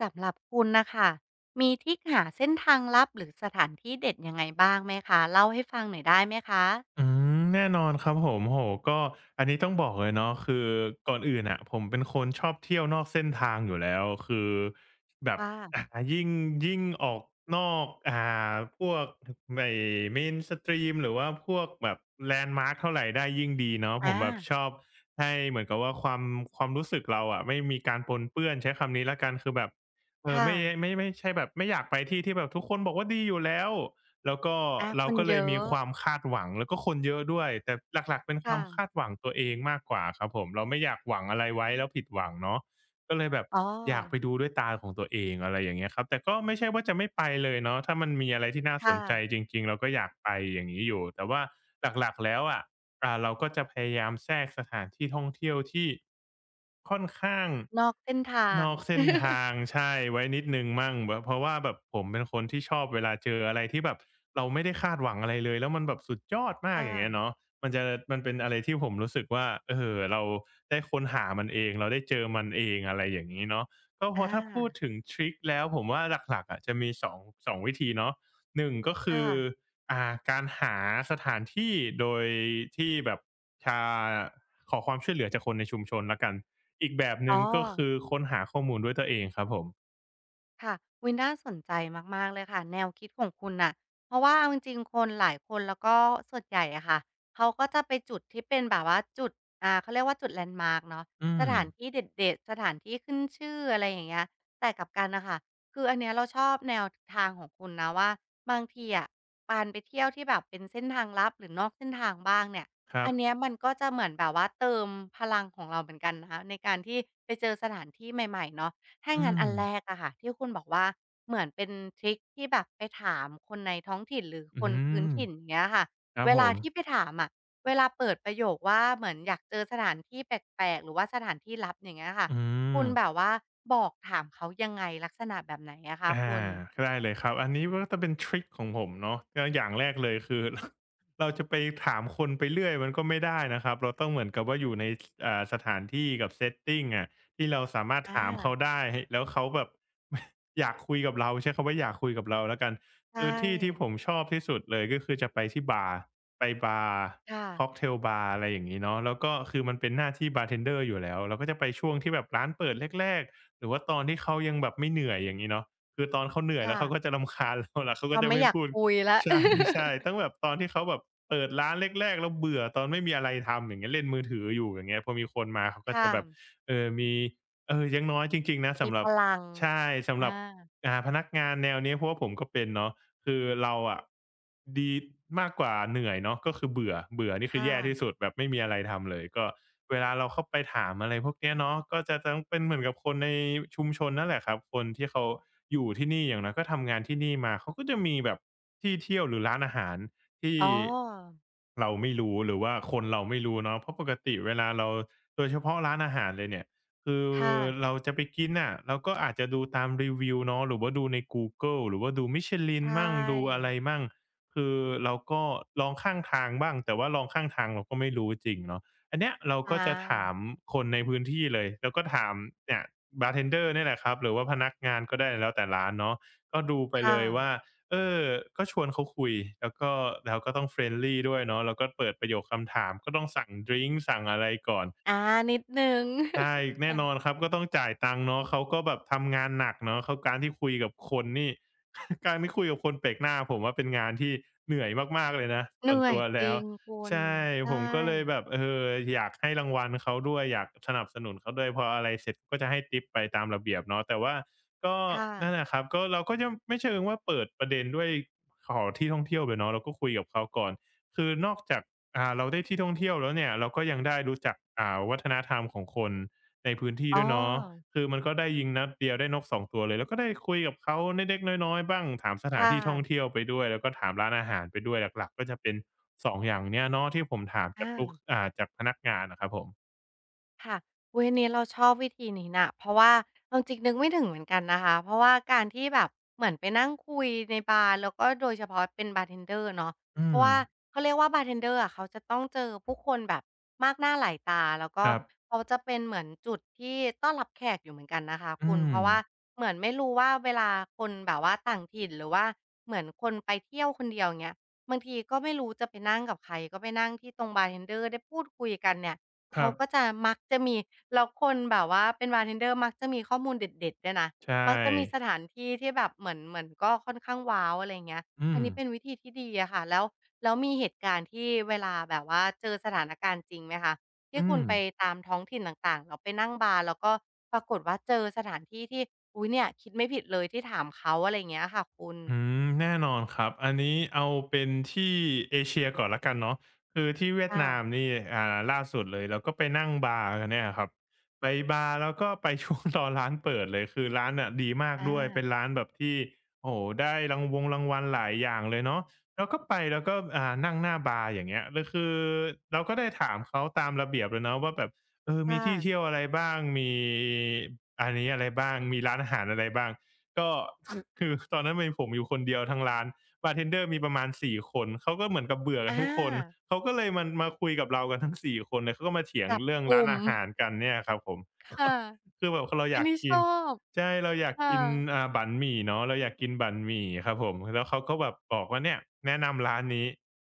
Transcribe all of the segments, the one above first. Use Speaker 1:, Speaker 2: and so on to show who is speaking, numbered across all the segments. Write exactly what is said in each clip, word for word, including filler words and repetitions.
Speaker 1: สำหรับคุณนะคะ มีทริกหาเส้นทางลับหรือสถานที่เด็ดยังไงบ้างไหมคะ เล่าให้ฟังหน่อยได้ไหมคะ
Speaker 2: อืมแน่นอนครับผมโอก็อันนี้ต้องบอกเลยเนาะคือก่อนอื่นอ่ะผมเป็นคนชอบเที่ยวนอกเส้นทางอยู่แล้วคือแบบ
Speaker 1: ค่ะ
Speaker 2: อ่ายิ่งยิ่งออกนอกอ่าพวกไอ้ Mainstream หรือว่าพวกแบบแลนด์มาร์คเท่าไหร่ได้ยิ่งดีเนาะผ
Speaker 1: อา
Speaker 2: มแบบชอบให้เหมือนกับว่าความความรู้สึกเราอะไม่มีการปนเปื้อนใช้คำนี้แล้วกันคือแบบเออ
Speaker 1: ค่ะ
Speaker 2: ไม่ไม่ไม่ใช่แบบไม่อยากไปที่ที่แบบทุกคนบอกว่าดีอยู่แล้ว แล้วก็
Speaker 1: อาค
Speaker 2: เรา
Speaker 1: น
Speaker 2: ก็เล
Speaker 1: เย
Speaker 2: ยมี
Speaker 1: อะ
Speaker 2: ความคาดหวังแล้วก็คนเยอะด้วยแต่หลักๆเป็นความคา
Speaker 1: ค่ะ
Speaker 2: ดหวังตัวเองมากกว่าครับผมเราไม่อยากหวังอะไรไว้แล้วผิดหวังเนาะ ก็เลยแบบ
Speaker 1: อ๋อ
Speaker 2: อยากไปดูด้วยตาของตัวเองอะไรอย่างเงี้ยครับแต่ก็ไม่ใช่ว่าจะไม่ไปเลยเนาะถ้ามันมีอะไรที่น่าสนใจ
Speaker 1: ค่ะ
Speaker 2: จริงๆเราก็อยากไปอย่างงี้อยู่แต่ว่าหลักๆแล้วอะอ่าเราก็จะพยายามแทรกสถานที่ท่องเที่ยวที่ค่อนข้าง
Speaker 1: นอกเส้นทา
Speaker 2: น
Speaker 1: ง
Speaker 2: อกเส้นทา งใช่ไว้นิดหนึ่งมั่งแบบเพราะว่าแบบผมเป็นคนที่ชอบเวลาเจออะไรที่แบบเราไม่ได้คาดหวังอะไรเลยแล้วมันแบบสุดยอด
Speaker 1: ค
Speaker 2: มากอย่างเงี้ย
Speaker 1: ่ะ
Speaker 2: เนาะ มันจะมันเป็นอะไรที่ผมรู้สึกว่าเออเราได้ค้นหามันเองเราได้เจอมันเองอะไรอย่างงี้เนาะก็พ
Speaker 1: อ
Speaker 2: อถ้าพูด
Speaker 1: า
Speaker 2: ถึงทริกแล้วผมว่าหลักๆอะจะมี 2- งสองวิธีเนาะหนึ่งก็คื
Speaker 1: ค่ะ
Speaker 2: ออ่าการหาสถานที่โดยที่แบบชาขอความช่วยเหลือจากคนในชุมชนแล้วกันอีกแบบห
Speaker 1: อ๋อ
Speaker 2: นึ่งก็คือค้นหาข้อมูลด้วยตัวเองครับผม
Speaker 1: ค่ะวิ๊น่าสนใจมากๆเลยค่ะแนวคิดของคุณน่ะเพราะว่าเอาจริงๆคนหลายคนแล้วก็ส่วนใหญ่อะค่ะเขาก็จะไปจุดที่เป็นแบบว่าจุดอ่าเขาเรียกว่าจุดแลนด์มาร์กเนาะ
Speaker 2: อื
Speaker 1: ส
Speaker 2: ม
Speaker 1: ถานที่เด็ดๆสถานที่ขึ้นชื่ออะไรอย่างเงี้ยแต่กลับกันนะค่ะคืออันเนี้ยเราชอบแนวทางของคุณนะว่าบางทีอะการไปเที่ยวที่แบบเป็นเส้นทางลับหรือนอกเส้นทางบ้างเนี่ย
Speaker 2: ครั
Speaker 1: อั
Speaker 2: บ
Speaker 1: นเนี้ยมันก็จะเหมือนแบบว่าเติมพลังของเราเหมือนกันนะคะในการที่ไปเจอสถานที่ใหม่ๆเนาะ ถ้า
Speaker 2: อื
Speaker 1: งั้น
Speaker 2: ม
Speaker 1: อันแรกอะค่ะที่คุณบอกว่าเหมือนเป็นทริคที่แบบไปถามคนในท้องถิ่นหรือ
Speaker 2: อื
Speaker 1: คนพื้น
Speaker 2: ม
Speaker 1: ถิ่นอย่างเงี้ยค่ะ
Speaker 2: ครับ
Speaker 1: เว
Speaker 2: ผ
Speaker 1: ลา
Speaker 2: ม
Speaker 1: ที่ไปถามอะเวลาเปิดประโยคว่าเหมือนอยากเจอสถานที่แปลกๆหรือว่าสถานที่ลับอย่างเงี้ยค่ะ
Speaker 2: อื
Speaker 1: คุ
Speaker 2: ม
Speaker 1: ณแบบว่าบอกถามเขายังไงลักษณะแบบไหนอะคะ
Speaker 2: อ
Speaker 1: คุณ
Speaker 2: าได้เลยครับอันนี้มันก็จะเป็นทริกของผมเนาะก็อย่างแรกเลยคือ เราจะไปถามคนไปเรื่อยมันก็ไม่ได้นะครับเราต้องเหมือนกับว่าอยู่ในสอ่าสถานที่กับ setting อะที่เราสามารถ
Speaker 1: อา
Speaker 2: ถามเขาได้แล้วเขาแบบ อยากคุยกับเราใช้คำว่าอยากคุยกับเราแล้วกัน
Speaker 1: ใช
Speaker 2: คือที่ที่ผ
Speaker 1: ่
Speaker 2: มชอบที่สุดเลยก็คือจะไปที่บาร์ไปบาร์ค็อก
Speaker 1: ค่ะ
Speaker 2: เทลบาร์อะไรอย่างนี้เนาะแล้วก็คือมันเป็นหน้าที่บาร์เทนเดอร์อยู่แล้วเราก็จะไปช่วงที่แบบร้านเปิดแรกๆหรือว่าตอนที่เขายังแบบไม่เหนื่อยอย่างนี้เนาะ คือตอนเขาเหนื่อยแล้
Speaker 1: ค่ะ
Speaker 2: วเขาก็จะรำคาญเราแล่ะเขาก็
Speaker 1: เขา
Speaker 2: จะ
Speaker 1: ไม่อ
Speaker 2: ไม่
Speaker 1: ยาก
Speaker 2: พูด
Speaker 1: คุยแล้ว
Speaker 2: ใช่ ใช่ตั้งแบบตอนที่เขาแบบเปิดร้านแรกๆแล้วเบื่อตอนไม่มีอะไรทำอย่างเงี้ยเล่นมือถืออยู่อย่างเงี้ยพอมีคนมาเขาก็จะ
Speaker 1: ค่ะ
Speaker 2: แบบเอ่อมีเอ่อยังน้อยจริงๆนะ
Speaker 1: มี
Speaker 2: สำห
Speaker 1: พ
Speaker 2: รับ
Speaker 1: ลัง
Speaker 2: ใช่สำห
Speaker 1: อา
Speaker 2: รับอ่าพนักงานแนวนี้เพราะว่าผมก็เป็นเนาะ คือเราอะดีมากกว่าเหนื่อยเนาะก็คือเบื่อเบื่อนี่คือ
Speaker 1: ค่ะ
Speaker 2: แย่ที่สุดแบบไม่มีอะไรทำเลยก็เวลาเราเข้าไปถามอะไรพวกเนี้ยเนาะก็จะต้องเป็นเหมือนกับคนในชุมชนนั่นแหละครับคนที่เขาอยู่ที่นี่อย่างน้อยก็ทำงานที่นี่มาเขาก็จะมีแบบที่เที่ยวหรือร้านอาหารที่
Speaker 1: อ๋อ
Speaker 2: เราไม่รู้หรือว่าคนเราไม่รู้เนาะเพราะปกติเวลาเราโดยเฉพาะร้านอาหารเลยเนี่ย คือ
Speaker 1: ค่ะ
Speaker 2: เราจะไปกินน่ะเราก็อาจจะดูตามรีวิวเนาะหรือว่าดูในกูเกิลหรือว่าดู Michelin
Speaker 1: ใช่
Speaker 2: มั่งดูอะไรมั่งคือเราก็ลองข้างทางบ้างแต่ว่าลองข้างทางเราก็ไม่รู้จริงเนาะอันเนี้ยเรา
Speaker 1: อ
Speaker 2: ก็จะถาม
Speaker 1: า
Speaker 2: คนในพื้นที่เลยแล้วก็ถามเนี่ยบาร์เทนเดอร์เนี่ยแหละครับหรือว่าพนักงานก็ได้แล้วแต่ร้านเนาะก็ดูไปเล
Speaker 1: ค่ะ
Speaker 2: ยว่าเออก็ชวนเขาคุยแล้วก็เราก็ต้อง friendly ด้วยเนาะเราก็เปิดประโยคคำถามก็ต้องสั่งดริงก์สั่งอะไรก่อน
Speaker 1: อานิดหนึ่ง
Speaker 2: ใช่ แน่นอนครับก็ต้องจ่ายตังค์เนาะเขาก็แบบทำงานหนักเนาะเขาการที่คุยกับคนนี่ การที่คุยกับคนแปลกหน้าผมว่าเป็นงานที่เหนื่อยมากๆเลยนะ
Speaker 1: เห
Speaker 2: ส่วน
Speaker 1: นื่อย
Speaker 2: ตัว
Speaker 1: จ
Speaker 2: แล้
Speaker 1: ริ
Speaker 2: ว
Speaker 1: งคุณ
Speaker 2: ใช่
Speaker 1: ใช่
Speaker 2: ผมก็เลยแบบเอออยากให้รางวัลเขาด้วยอยากสนับสนุนเขาด้วยพออะไรเสร็จก็จะให้ทิปไปตามระเบียบเนาะแต่ว่าก็
Speaker 1: ค่ะ
Speaker 2: นั่นแหละครับก็เราก็จะไม่เชิงว่าเปิดประเด็นด้วยขอที่ท่องเที่ยวไปเนาะเราก็คุยกับเขาก่อนคือนอกจาก อ่าเราได้ที่ท่องเที่ยวแล้วเนี่ยเราก็ยังได้รู้จักอ่าวัฒนธรรมของคนในพื้นที่
Speaker 1: อ๋อ
Speaker 2: ด้วยเนาะคือมันก็ได้ยิงนัดเดียวได้นกสองตัวเลยแล้วก็ได้คุยกับเขาเล็กๆน้อยๆบ้างถามสถาน
Speaker 1: ค่
Speaker 2: ที่ท่อง
Speaker 1: ะ
Speaker 2: เที่ยวไปด้วยแล้วก็ถามร้านอาหารไปด้วยหลักๆก็จะเป็นสองอย่างเนี้ยเนาะที่ผมถามจาก
Speaker 1: อา
Speaker 2: ลูกอ่าจากพนักงานนะครับผม
Speaker 1: ค่ะเวยนี้เราชอบวิธีนี้นะเพราะว่าเอาจริงนึกไม่ถึงเหมือนกันนะคะเพราะว่าการที่แบบเหมือนไปนั่งคุยในบาร์แล้วก็โดยเฉพาะเป็นบาร์เทนเดอร์เนาะ
Speaker 2: อื
Speaker 1: เพราะ
Speaker 2: ม
Speaker 1: ว่าเขาเรียกว่าบาร์เทนเดอร์อะเขาจะต้องเจอผู้คนแบบมากหน้าหลายตาแล้วก็
Speaker 2: ครับ
Speaker 1: เขาจะเป็นเหมือนจุดที่ต้อนรับแขกอยู่เหมือนกันนะคะ
Speaker 2: อื
Speaker 1: คุณเพ
Speaker 2: ม
Speaker 1: ราะว่าเหมือนไม่รู้ว่าเวลาคนแบบว่าต่างถิ่นหรือว่าเหมือนคนไปเที่ยวคนเดียว่าเงี้ยบางทีก็ไม่รู้จะไปนั่งกับใครก็ไปนั่งที่ตรงบาร์เทนเดอร์ได้พูดคุยกันเนี่ย
Speaker 2: ค
Speaker 1: เขา
Speaker 2: รับ
Speaker 1: ก็จะมักจะมีแล้วคนแบบว่าเป็นบาร์เทน e n d e r มักจะมีข้อมูลเด็ดๆด้วยนะ
Speaker 2: ใช
Speaker 1: มักจะมีส
Speaker 2: ่
Speaker 1: ถานที่ที่แบบเหมือนเหมือนก็ค่อนข้างว้าวอะไรอย่างเงี้ย
Speaker 2: อื
Speaker 1: อัน
Speaker 2: ม
Speaker 1: นี้เป็นวิธีที่ดีอะค่ะแล้วแล้วมีเหตุการณ์ที่เวลาแบบว่าเจอสถานการณ์จริงไหมคะที่
Speaker 2: อื
Speaker 1: คุณ
Speaker 2: ม
Speaker 1: ไปตามท้องถิ่นต่างๆแล้วไปนั่งบาร์แล้วก็ปรากฏว่าเจอสถานที่ที่อุ๊ยเนี่ยคิดไม่ผิดเลยที่ถามเขาอะไรอย่างเงี้ยค่ะคุณ
Speaker 2: อืมแน่นอนครับ อันนี้เอาเป็นที่เอเชียก่อนแล้วกันเนาะคือที่เวียดนาม
Speaker 1: ค่ะ
Speaker 2: นี่อ่าล่าสุดเลยเราก็ไปนั่งบาร์กันเนี่ยครับไปบาร์แล้วก็ไปช่วง ตอนร้านเปิดเลยคือร้านน่ะดีมาก
Speaker 1: อา
Speaker 2: ด้วยเป็นร้านแบบที่โอ้โหได้รางวงรางวัลหลายอย่างเลยเนาะแล้วก็ไปแล้วก็อ่านั่งหน้าบาร์อย่างเงี้ยแล้วคือเราก็ได้ถามเขาตามระเบียบเลยเนาะว่าแบบเออ
Speaker 1: ค่ะ
Speaker 2: มีที่เที่ยวอะไรบ้างมีอันนี้อะไรบ้างมีร้านอาหารอะไรบ้าง ก็ คือตอนนั้นมีผมอยู่คนเดียวทั้งร้านบาร์เทนเดอร์มีประมาณสี่คนเขาก็เหมือนกับเบื่อ
Speaker 1: อ
Speaker 2: กันทุกคน
Speaker 1: า
Speaker 2: เขาก็เลยมันมาคุยกับเรากันทั้งสี่คนเลยเขาก็มาเถียง
Speaker 1: จับ
Speaker 2: เรื่อง
Speaker 1: ก
Speaker 2: ร้าน
Speaker 1: ลุ่ม
Speaker 2: อาหารกันเนี่ยครับผม
Speaker 1: ค่ะ
Speaker 2: คือแบบเราอ
Speaker 1: อัน
Speaker 2: ยาก
Speaker 1: นี้ช
Speaker 2: กิ
Speaker 1: อ
Speaker 2: น
Speaker 1: บ
Speaker 2: ใช่เราอยาก
Speaker 1: ค่ะ
Speaker 2: กินอ่าบั๋นหมี่เนาะเราอยากกินบั๋นหมี่ครับผมแล้วเขาก็แบบบอกว่าเนี่ยแนะนำร้านนี้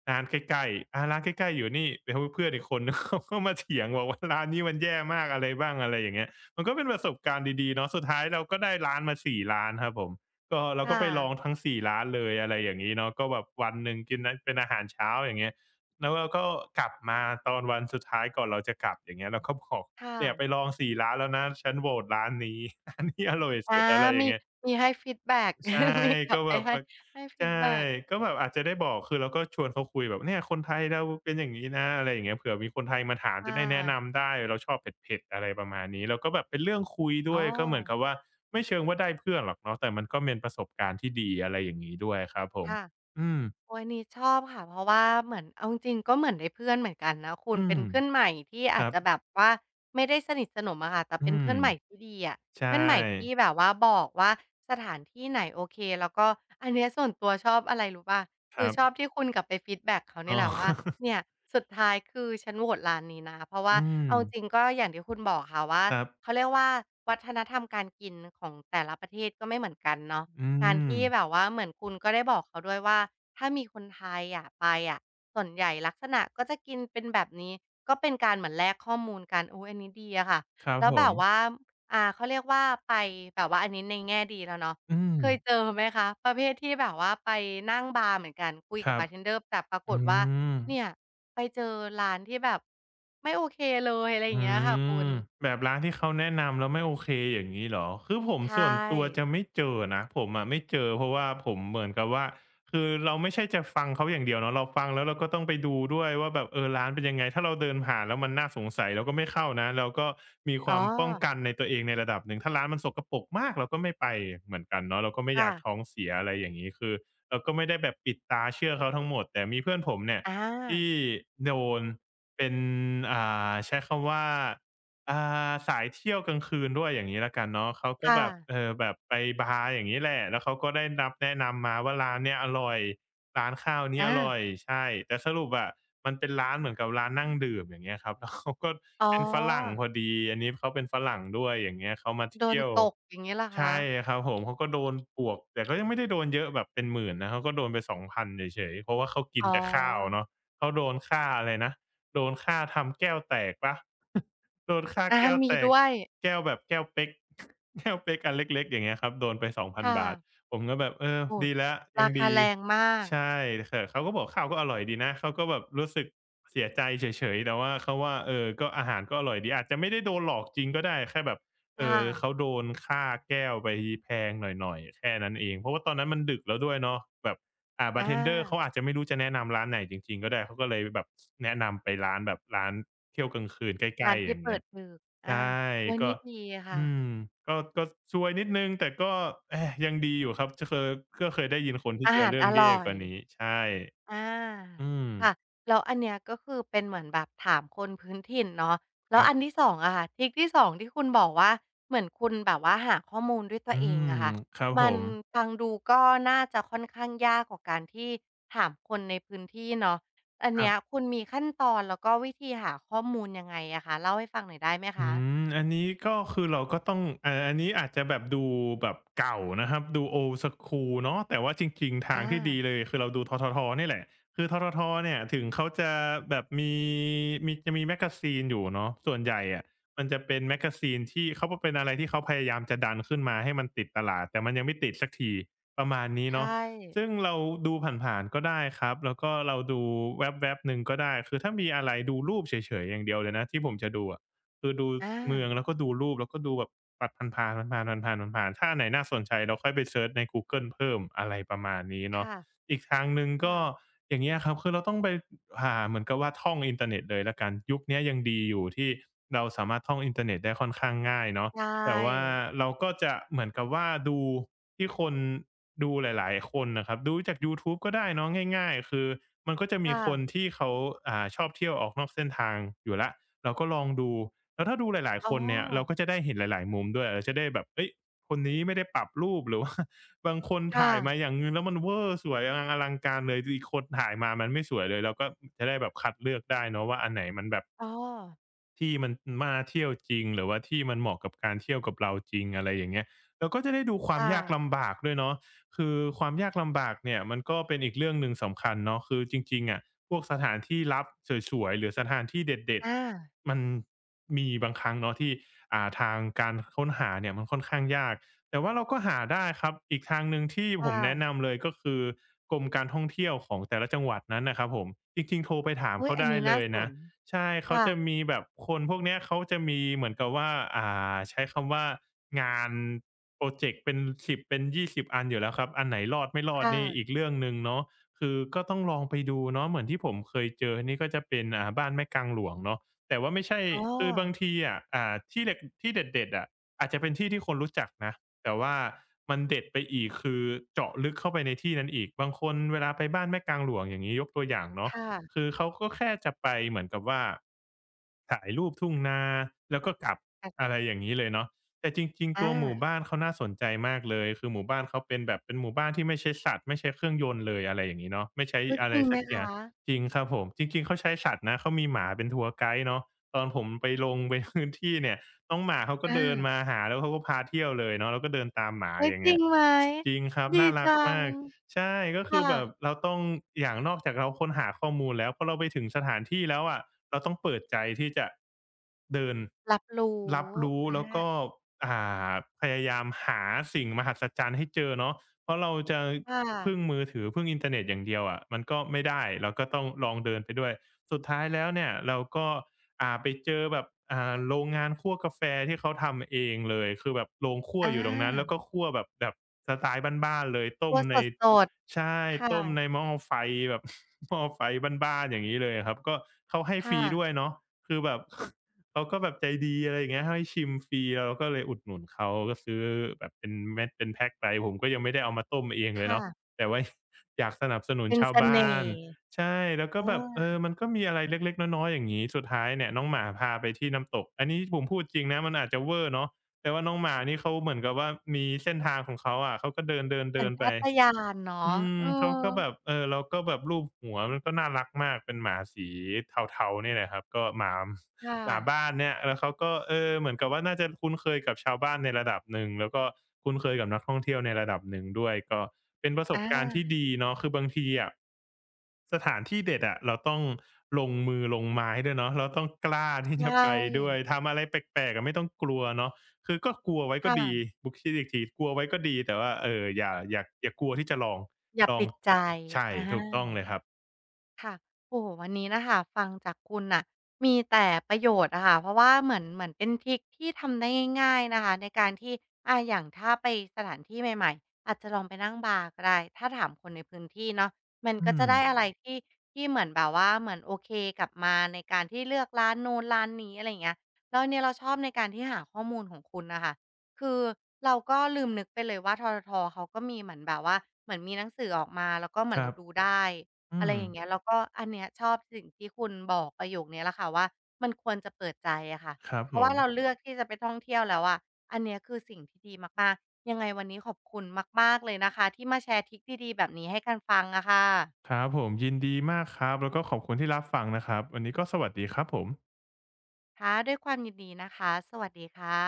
Speaker 2: ร้านใกล้ๆอาร้านใกล้ๆอยู่นี่แล้วเพื่อนอีกคนนึง เขาก็มาเถียงบอกว่าร้านนี้มันแย่มากอะไรบ้างอะไรอย่างเงี้ย มันก็เป็นประสบการณ์ดีๆเนาะสุดท้ายเราก็ได้ร้านมาสี่ร้านครับผมก็เรา
Speaker 1: ค่ะ
Speaker 2: ก็ไปลองทั้งสี่ร้านเลยอะไรอย่างงี้เนาะก็แบบวันหนึ่งกินนนเป็นอาหารเช้าอย่างเงี้ยแล้วเราก็กลับมาตอนวันสุดท้ายก่อนเราจะกลับอย่างเงี้ยเราก็บอก
Speaker 1: ค่ะ
Speaker 2: เนี่ยไปลองสี่ร้านแล้วนะฉันโหวตร้านนี้ ร้านนี้อร่อย
Speaker 1: อา
Speaker 2: สุดอะไรอย่า
Speaker 1: มี
Speaker 2: งเงี้ย
Speaker 1: มีให้ฟีดแบ็ก
Speaker 2: ใช่
Speaker 1: มีกลั
Speaker 2: ก็
Speaker 1: บไป
Speaker 2: แบบ
Speaker 1: ให้
Speaker 2: แบบ
Speaker 1: ให้ฟี
Speaker 2: ใช่
Speaker 1: ดแบ็ก
Speaker 2: ก็แบบอาจจะได้บอกคือเราก็ชวนเขาคุยแบบเนี่ยคนไทยเราเป็นอย่างงี้นะอะไรอย่างเงี้ยเผื่อมีคนไทยมาถามจะ
Speaker 1: ค่ะ
Speaker 2: ได้แนะนำได้เราชอบเผ็ดๆอะไรประมาณนี้แล้วก็แบบเป็นเรื่องคุย
Speaker 1: อ๋
Speaker 2: ด้
Speaker 1: อ
Speaker 2: วยก็เหมือนกับว่าไม่เชิงว่าได้เพื่อนหรอกเนาะแต่มันก็เป็นประสบการณ์ที่ดีอะไรอย่างงี้ด้วยครับผม
Speaker 1: ค่ะ
Speaker 2: อืม
Speaker 1: โอ๊ยนี้ชอบค่ะเพราะว่าเหมือนเอาจริงๆก็เหมือนได้เพื่อนเหมือนกันนะคุ
Speaker 2: อื
Speaker 1: ณเป็
Speaker 2: ม
Speaker 1: นเพื่อนใหม่ที่
Speaker 2: ค
Speaker 1: อาจ
Speaker 2: รับ
Speaker 1: จะแบบว่าไม่ได้สนิทสนมอะค่ะแต่
Speaker 2: อื
Speaker 1: เป็น
Speaker 2: ม
Speaker 1: เพื่อนใหม่ที่ดีอะ
Speaker 2: ใช
Speaker 1: เพื่อนใหม่ที่
Speaker 2: ่
Speaker 1: แบบว่าบอกว่าสถานที่ไหนโอเคแล้วก็อันเนี้ยส่วนตัวชอบอะไรรู้ป่า
Speaker 2: ค
Speaker 1: คือ
Speaker 2: รั
Speaker 1: ชอบ
Speaker 2: บ
Speaker 1: ที่คุณกลับไปฟีดแบ็กเขา
Speaker 2: อ๋
Speaker 1: เนี่ย
Speaker 2: อ
Speaker 1: แหละว่าเนี่ยสุดท้ายคือฉันโหวตร้านนี้นะเพราะ ว่า
Speaker 2: อืม
Speaker 1: เอาจริงก็อย่างที่คุณบอกค่ะว่า
Speaker 2: ครับ
Speaker 1: เขาเรียกว่าวัฒนธรรมการกินของแต่ละประเทศก็ไม่เหมือนกันเนาะ
Speaker 2: อื
Speaker 1: การ
Speaker 2: ม
Speaker 1: ที่แบบว่าเหมือนคุณก็ได้บอกเขาด้วยว่าถ้ามีคนไทยอะไปอะส่วนใหญ่ลักษณะก็จะกินเป็นแบบนี้ก็เป็นการเหมือนแลกข้อมูลกันอุ๊ยอันนี้ดีอะค่ะ
Speaker 2: ครับ
Speaker 1: แล้ว
Speaker 2: ผ
Speaker 1: แบ
Speaker 2: ม
Speaker 1: บว่าอ่าเขาเรียกว่าไปแบบว่าอันนี้ในแง่ดีแล้วเนาะ
Speaker 2: อืม
Speaker 1: เคยเจอไหมคะประเภทที่แบบว่าไปนั่งบาร์เหมือนกันคุย
Speaker 2: ค
Speaker 1: กับ
Speaker 2: รับ
Speaker 1: บาร์เทนเดอร์แต่ปราก
Speaker 2: อื
Speaker 1: ฏว่า
Speaker 2: ม
Speaker 1: เนี่ยไปเจอร้านที่แบบไม่โอเคเลยอะไรอย่าง
Speaker 2: อื
Speaker 1: เงี้ยค่ะคุณ
Speaker 2: มแบบร้านที่เขาแนะนำแล้วไม่โอเคอย่างงี้เหรอคือผม
Speaker 1: ใช่
Speaker 2: ส่วนตัวจะไม่เจอนะผมอะไม่เจอเพราะว่าผมเหมือนกับว่าคือเราไม่ใช่จะฟังเขาอย่างเดียวเนาะเราฟังแล้วเราก็ต้องไปดูด้วยว่าแบบเออร้านเป็นยังไงถ้าเราเดินผ่านแล้วมันน่าสงสัยเราก็ไม่เข้านะเราก็มีค
Speaker 1: อ๋อ
Speaker 2: วามป้องกันในตัวเองในระดับหนึ่งถ้าร้านมันสกปรกมากเราก็ไม่ไปเหมือนกันเนาะเราก็ไม่อ
Speaker 1: ค่ะ
Speaker 2: ยากท้องเสียอะไรอย่างงี้คือเราก็ไม่ได้แบบปิดตาเชื่อเขาทั้งหมดแต่มีเพื่อนผมเนี่ย
Speaker 1: อ
Speaker 2: ที่
Speaker 1: า
Speaker 2: โดน เป็นอ่าใช้คำว่าอ่าสายเที่ยวกลางคืนด้วยอย่างงี้แล้วกันเนาะเขาก็
Speaker 1: ค่ะ
Speaker 2: แบบเอ่อแบบไปบาร์อย่างงี้แหละแล้วเขาก็ได้รับแนะนำมาว่าร้านเนี้ยอร่อยร้านข้าวนี้อ
Speaker 1: อา
Speaker 2: ร่อยใช่แต่สรุปอะมันเป็นร้านเหมือนกับร้านนั่งดื่มอย่างเงี้ยครับ แล้วเขาก็
Speaker 1: อ๋อ
Speaker 2: เป็นฝรั่งพอดีอันนี้เขาเป็นฝรั่งด้วยอย่างเงี้ยเขามา
Speaker 1: โดน
Speaker 2: เที่ยว
Speaker 1: ตกอย่างงี้เหรอคะ
Speaker 2: ใช่ครับผมเขาก็โดนปลวกแต่ก็ยังไม่ได้โดนเยอะแบบเป็นหมื่นนะเขาก็โดนไปสองพันเฉยๆเพราะว่าเขากิ
Speaker 1: อ๋
Speaker 2: น
Speaker 1: อ
Speaker 2: แต่ข้าวเนาะเขาโดนค่าอะไรนะ โดนฆ่าทำแก้วแตกเปล่า โดนฆ่า
Speaker 1: อา
Speaker 2: แก้ว
Speaker 1: มี
Speaker 2: แตก
Speaker 1: ด้วย
Speaker 2: แก้วแบบแก้วเป๊ก แก้วเป๊กอันเล็กๆอย่างเงี้ยครับโดนไปสองพั
Speaker 1: ค
Speaker 2: สองพัน
Speaker 1: ่ะ
Speaker 2: ผมก็แบบเออ
Speaker 1: โอ้โฮ
Speaker 2: ดีแล้วยั
Speaker 1: รา
Speaker 2: ง
Speaker 1: คา
Speaker 2: ดี
Speaker 1: แรงมาก
Speaker 2: ใช่แตะเขาก็บอกข้าวก็อร่อยดีนะเขาก็แบบรู้สึกเสียใจเฉยๆแต่ว่าเขาว่าเออก็อาหารก็อร่อยดีอาจจะไม่ได้โดนหลอกจริงก็ได้แค่แบบ
Speaker 1: ค
Speaker 2: เออเขา
Speaker 1: ่ะ
Speaker 2: โดนค่าแก้วไปแพงหน่อยๆแค่นั้นเองเพราะว่าตอนนั้นมันดึกแล้วด้วยเนาะแบบ อ่า
Speaker 1: อ
Speaker 2: บาร์เทนเดอร์เขา
Speaker 1: า
Speaker 2: อาจจะไม่รู้จะแนะนำร้านไหนจริงๆก็ได้เขาก็เลยแบบแนะนำไปร้านแบบร้านเที่ยวกลางคืนใก
Speaker 1: ร้า
Speaker 2: ล้
Speaker 1: น
Speaker 2: ๆอ
Speaker 1: ที่
Speaker 2: ย่าง
Speaker 1: เปิ
Speaker 2: เงี้ย
Speaker 1: ดดึก
Speaker 2: ใช
Speaker 1: อา
Speaker 2: ่
Speaker 1: โอ๊ย
Speaker 2: ก็
Speaker 1: นี่ดี
Speaker 2: อื
Speaker 1: ค่ะ
Speaker 2: มก็ก็ซวยนิดหนึ่งแต่ก็แหมยังดีอยู่ครับจะเคยก็เคยได้ยินคนที่
Speaker 1: อา
Speaker 2: เจอ
Speaker 1: หาร
Speaker 2: เรื่อ
Speaker 1: อ
Speaker 2: งแย่
Speaker 1: ร่อ
Speaker 2: ก
Speaker 1: ย
Speaker 2: ว่านี้ใช่
Speaker 1: อา
Speaker 2: อืม
Speaker 1: ค่ะแล้วอันเนี้ยก็คือเป็นเหมือนแบบถามคนพื้นถิ่นเนาะแล้
Speaker 2: ค
Speaker 1: ว
Speaker 2: รับ
Speaker 1: อันที่สองอะค่ะทริกที่สองที่คุณบอกว่าเหมือนคุณแบบว่าหาข้อมูลด้วยตั
Speaker 2: อื
Speaker 1: วเอง
Speaker 2: ม
Speaker 1: อะค่ะ
Speaker 2: ครับผ
Speaker 1: มัน
Speaker 2: ม
Speaker 1: ฟังดูก็น่าจะค่อนข้างยากกว่าการที่ถามคนในพื้นที่เนาะอัน
Speaker 2: ครั
Speaker 1: เนี้
Speaker 2: บ
Speaker 1: ยคุณมีขั้นตอนแล้วก็วิธีหาข้อมูลยังไงอะคะเล่าให้ฟังหน่อยได้ไหม
Speaker 2: อื
Speaker 1: คะ
Speaker 2: มอันนี้ก็คือเราก็ต้องอ่าอันนี้อาจจะแบบดูแบบเก่านะครับดู Old School เนาะแต่ว่าจริงๆทาง
Speaker 1: อา
Speaker 2: ที่ดีเลยคือเราดูธททนี่แหละคือธททเนี่ยถึงเขาจะแบบมีมีจะมีแมกาซีนอยู่เนาะส่วนใหญ่อะมันจะเป็นแมกาซีนที่เขาเป็นอะไรที่เขาพยายามจะดันขึ้นมาให้มันติดตลาดแต่มันยังไม่ติดสักทีประมาณนี้
Speaker 1: ใช
Speaker 2: เนาะ
Speaker 1: ่
Speaker 2: ซึ่งเราดูผ่านๆก็ได้ครับแล้วก็เราดูแว็บๆหนึ่งก็ได้คือถ้ามีอะไรดูรูปเฉยๆอย่างเดียวเลยนะที่ผมจะดูอะ คือดู
Speaker 1: อา
Speaker 2: เมืองแล้วก็ดูรูปแล้วก็ดูแบบปัดผ่านๆผ่านๆผ่านๆผ่านๆถ้าอันไหนน่าสนใจเราค่อยไปเซิร์ชในกูเกิลเพิ่มอะไรประมาณนี้เนาะ
Speaker 1: ค่ะ
Speaker 2: อีกทางหนึ่งก็
Speaker 1: ค่ะ
Speaker 2: อย่างเงี้ยครับคือเราต้องไปหาเหมือนกับว่าท่องอินเทอร์เน็ตเลยแล้วกันยุคเนี้ยยังดีอยู่ที่เราสามารถท่องอินเทอร์เน็ตได้ค่อนข้างง่ายเนาะ
Speaker 1: ใช
Speaker 2: แต่ว่า
Speaker 1: ่
Speaker 2: เราก็จะเหมือนกับว่าดูที่คนดูหลายๆคนน่ะครับดูจากยูทูบก็ได้เนาะง่ายๆคือมันก็จะ
Speaker 1: ค
Speaker 2: มีคน
Speaker 1: ่ะ
Speaker 2: ที่เขาอ่าชอบเที่ยวออกนอกเส้นทางอยู่แล้วเราก็ลองดู แล้วถ้าดูหลาย
Speaker 1: อ๋
Speaker 2: ๆค
Speaker 1: อ
Speaker 2: นเนี่ยเราก็จะได้เห็นหลายๆมุมด้วยเราจะได้แบบเฮ้ยคนนี้ไม่ได้ปรับรูปหรือว่า บางคน
Speaker 1: ค่ะ
Speaker 2: ถ่ายมาอย่างหนึ่งแล้วมันเวอร์สวยอลังอลังการเลยอีกคนถ่ายมามันไม่สวยเลยเราก็จะได้แบบคัดเลือกได้เนาะว่าอันไหนมันแบบ
Speaker 1: อ๋อ
Speaker 2: ที่มันมาเที่ยวจริงหรือว่าที่มันเหมาะกับการเที่ยวกับเราจริงอะไรอย่างเงี้ยเราก็จะได้ดูความ
Speaker 1: ค่ะ
Speaker 2: ยากลำบากด้วยเนาะคือความยากลำบากเนี่ยมันก็เป็นอีกเรื่องหนึ่งสำคัญเนาะคือจริงๆอะพวกสถานที่ลับสวยๆหรือสถานที่เด็ด
Speaker 1: อา
Speaker 2: ๆมันมีบางครั้งเนาะที่อ่าทางการค้นหาเนี่ยมันค่อนข้างยากแต่ว่าเราก็หาได้ครับอีกทางหนึ่งที่
Speaker 1: ค
Speaker 2: ผมแนะ
Speaker 1: ่ะ
Speaker 2: นำเลยก็คือกรมการท่องเที่ยวของแต่ละจังหวัดนั้นน่ะครับผมจริงๆโทรไปถาม
Speaker 1: อุ๊ย
Speaker 2: เขา
Speaker 1: อัน
Speaker 2: ได้
Speaker 1: นี้
Speaker 2: เล
Speaker 1: น่า
Speaker 2: ย
Speaker 1: ส
Speaker 2: นะ
Speaker 1: น
Speaker 2: ใช่เขา
Speaker 1: ค่ะ
Speaker 2: จะมีแบบคนพวกเนี้ยเขาจะมีเหมือนกับว่าอ่าใช้คำว่างานพรอเจกต์เป็นสิบเป็นยี่สิบอันอยู่แล้วครับอันไหนรอดไม่รอดนี่อี
Speaker 1: ค่ะ
Speaker 2: กเรื่องหนึ่งเนาะคือก็ต้องลองไปดูเนาะเหมือนที่ผมเคยเจอนี่ก็จะเป็นอ่าบ้านแม่กลางหลวงเนาะแต่ว่าไม่ใช่
Speaker 1: อ๋อ
Speaker 2: คือบางทีอะอ่าที่เด็ดที่เด็ดๆอะอาจจะเป็นที่ที่คนรู้จักนะแต่ว่ามันเด็ดไปอีกคือเจาะลึกเข้าไปในที่นั้นอีกบางคนเวลาไปบ้านแม่กลางหลวงอย่างงี้ยกตัวอย่างเนาะ
Speaker 1: ค่ะ
Speaker 2: คือเขาก็แค่จะไปเหมือนกับว่าถ่ายรูปทุ่งนาแล้วก็กลับ
Speaker 1: อา
Speaker 2: อะไร
Speaker 1: จ
Speaker 2: อย่างงี้เลยเนาะแต่จริงๆตั
Speaker 1: อา
Speaker 2: วหมู่บ้านเขาน่าสนใจมากเลยคือหมู่บ้านเขาเป็นแบบเป็นหมู่บ้านที่ไม่ใช้สัตว์ไม่ใช้เครื่องยนต์เลยอะไรอย่างงี้เนาะไม่ใช้
Speaker 1: อุ๊ย
Speaker 2: อะ
Speaker 1: จ
Speaker 2: ไร
Speaker 1: ริงไหม
Speaker 2: สักอย่า
Speaker 1: คะ
Speaker 2: งจริงครับผมจริงๆเขาใช้สัตว์นะเขามีหมาเป็นทัวร์ไกด์เนาะตอนผมไปลงไปพื้นที่เนี่ยน้องหมาเขาก็
Speaker 1: อา
Speaker 2: เดินมาหาแล้วเขาก็พาเที่ยวเลยเนาะแล้วก็เดินตามหมา
Speaker 1: อุ๊ย
Speaker 2: อย่าง
Speaker 1: จริ
Speaker 2: เงี้
Speaker 1: ง
Speaker 2: ย
Speaker 1: ไหม
Speaker 2: จริงครับ
Speaker 1: ดี
Speaker 2: น่ารัก
Speaker 1: จัง
Speaker 2: มาก ใช่ก็คือแบบ
Speaker 1: ค่ะ
Speaker 2: เราต้องอย่างนอกจากเราค้นหาข้อมูลแล้วพอเราไปถึงสถานที่แล้วอะเราต้องเปิดใจที่จะเดิน
Speaker 1: รับรู้
Speaker 2: รับรู้
Speaker 1: อา
Speaker 2: แล้วก็อ่าพยายามหาสิ่งมหัศจรรย์ให้เจอเนาะเพราะเราจะ
Speaker 1: ค่
Speaker 2: พึ่ง
Speaker 1: ะ
Speaker 2: มือถือพึ่งอินเทอร์เน็ตอย่างเดียวอะมันก็ไม่ได้เราก็ต้องลองเดินไปด้วยสุดท้ายแล้วเนี่ยเราก็อ่าไปเจอแบบอ่าโรงงานคั่วกาแฟที่เขาทำเองเลยคือแบบโรงคั่ว
Speaker 1: อา
Speaker 2: อยู่ตรงนั้นแล้วก็คั่วแบบแบบสไตล์บ้านๆเลยต้
Speaker 1: ตั
Speaker 2: ม
Speaker 1: วส
Speaker 2: ใน
Speaker 1: ด
Speaker 2: ใช่
Speaker 1: ๆ
Speaker 2: ต้มใน
Speaker 1: ค่ะ
Speaker 2: หม้อไฟแบบ หม้อไฟบ้านๆอย่างนี้เลยครับก็เขาให้
Speaker 1: ค
Speaker 2: ฟรีด้วย
Speaker 1: ่ะ
Speaker 2: เนาะคือแบบ เขาก็แบบใจดีอะไรอย่างเงี้ยให้ชิมฟรีเราก็เลยอุดหนุนเขาก็ซื้อแบบเป็นเม็ดเป็นแพ็กไปผมก็ยังไม่ได้เอามาต้มเองเลยเนาะ
Speaker 1: ค่ะ
Speaker 2: แต่ว่า อยากสนับสนุน
Speaker 1: เป็น
Speaker 2: ชา
Speaker 1: เส
Speaker 2: ว
Speaker 1: น่
Speaker 2: บ้าน
Speaker 1: ห์
Speaker 2: ใช่แล้ว
Speaker 1: เอ
Speaker 2: ก็แบบเออ
Speaker 1: อ
Speaker 2: มันก็มีอะไรเล็กๆน้อยๆอย่างนี้สุดท้ายเนี่ยน้องหมาพาไปที่น้ำตกอันนี้ผมพูดจริงนะมันอาจจะเวอร์เนาะแต่ว่าน้องหมานี่เขาเหมือนกับว่ามีเส้นทางของเขาอะเขาก็เดินเดิน
Speaker 1: สั
Speaker 2: เดิ
Speaker 1: ญ
Speaker 2: นไป
Speaker 1: ชาตญาณเนาะ
Speaker 2: อืม
Speaker 1: เออ
Speaker 2: เขาก็แบบเออเราก็แบบลูบหัวมันก็น่ารักมากเป็นหมาสีเทาๆเนี่ยแหละครับก็หมา
Speaker 1: ค่ะ
Speaker 2: หมาบ้านเนี่ยแล้วเขาก็เออเหมือนกับว่าน่าจะคุ้นเคยกับชาวบ้านในระดับหนึ่งแล้วก็คุ้นเคยกับนักท่องเที่ยวในระดับหนึ่งด้วยก็เป็นประส
Speaker 1: อ
Speaker 2: บการณ์ที่
Speaker 1: า
Speaker 2: ดีเนาะคือบางทีอะสถานที่เด็ดอะเราต้องลงมือลงไม้ด้วยเนาะเราต้องกล้าที่
Speaker 1: ใช
Speaker 2: จะไปด้วย
Speaker 1: ่
Speaker 2: ทำอะไรแปลกๆอะไม่ต้องกลัวเนาะคือก็กลัวไว้ก็ดี
Speaker 1: ค่ะ
Speaker 2: บุคิดอีกทีกลัวไว้ก็ดีแต่ว่าเอ่ออย่าอย่าอย่ากลัวที่จะลอง
Speaker 1: อย่า
Speaker 2: ลอง
Speaker 1: ปิดใจ
Speaker 2: ใช่
Speaker 1: อา
Speaker 2: ถูกต้องเลยครับ
Speaker 1: ค่ะโอ้โฮวันนี้น่ะค่ะฟังจากคุณน่ะมีแต่ประโยชน์อะค่ะเพราะว่าเหมือนเหมือนเป็นทริกที่ทำได้ง่ายๆนะคะในการที่อาอย่างถ้าไปสถานที่ใหม่ๆอาจจะลองไปนั่งบาร์ก็ได้ถ้าถามคนในพื้นที่เนาะมัน
Speaker 2: อื
Speaker 1: ก็
Speaker 2: ม
Speaker 1: จะได้อะไรที่ที่เหมือนแบบว่าเหมือนโอเคกลับมาในการที่เลือกร้านนู้นร้านนี้อะไรอย่างเงี้ยแล้วอันเนี้ยเราชอบในการที่หาข้อมูลของคุณน่ะค่ะคือเราก็ลืมนึกไปเลยว่าที ที ทีเขาก็มีเหมือนแบบว่าเหมือนมีหนังสือออกมาแล้วก็เหมื
Speaker 2: ค
Speaker 1: อน
Speaker 2: รั
Speaker 1: เรา
Speaker 2: บ
Speaker 1: ดูได้
Speaker 2: อื
Speaker 1: อะไร
Speaker 2: ม
Speaker 1: อย่างเงี้ยแล้วก็อันเนี้ยชอบสิ่งที่คุณบอกประโยคเนี้ยแหละค่ะว่ามันควรจะเปิดใจอะค่ะ
Speaker 2: ครับ
Speaker 1: เพ
Speaker 2: ผ
Speaker 1: ราะว่า
Speaker 2: ม
Speaker 1: เราเลือกที่จะไปท่องเที่ยวแล้วอะอันเนี้ยคือสิ่งที่ดีมากๆยังไงวันนี้ขอบคุณมากๆเลยนะคะที่มาแชร์ทริกดีๆแบบนี้ให้กันฟังอะค่ะ
Speaker 2: ครับผมยินดีมากครับ แล้วก็ขอบคุณที่รับฟังนะครับ วันนี้ก็สวัสดีครับผม
Speaker 1: ค่ะด้วยความยินดีนะคะสวัสดีค่ะ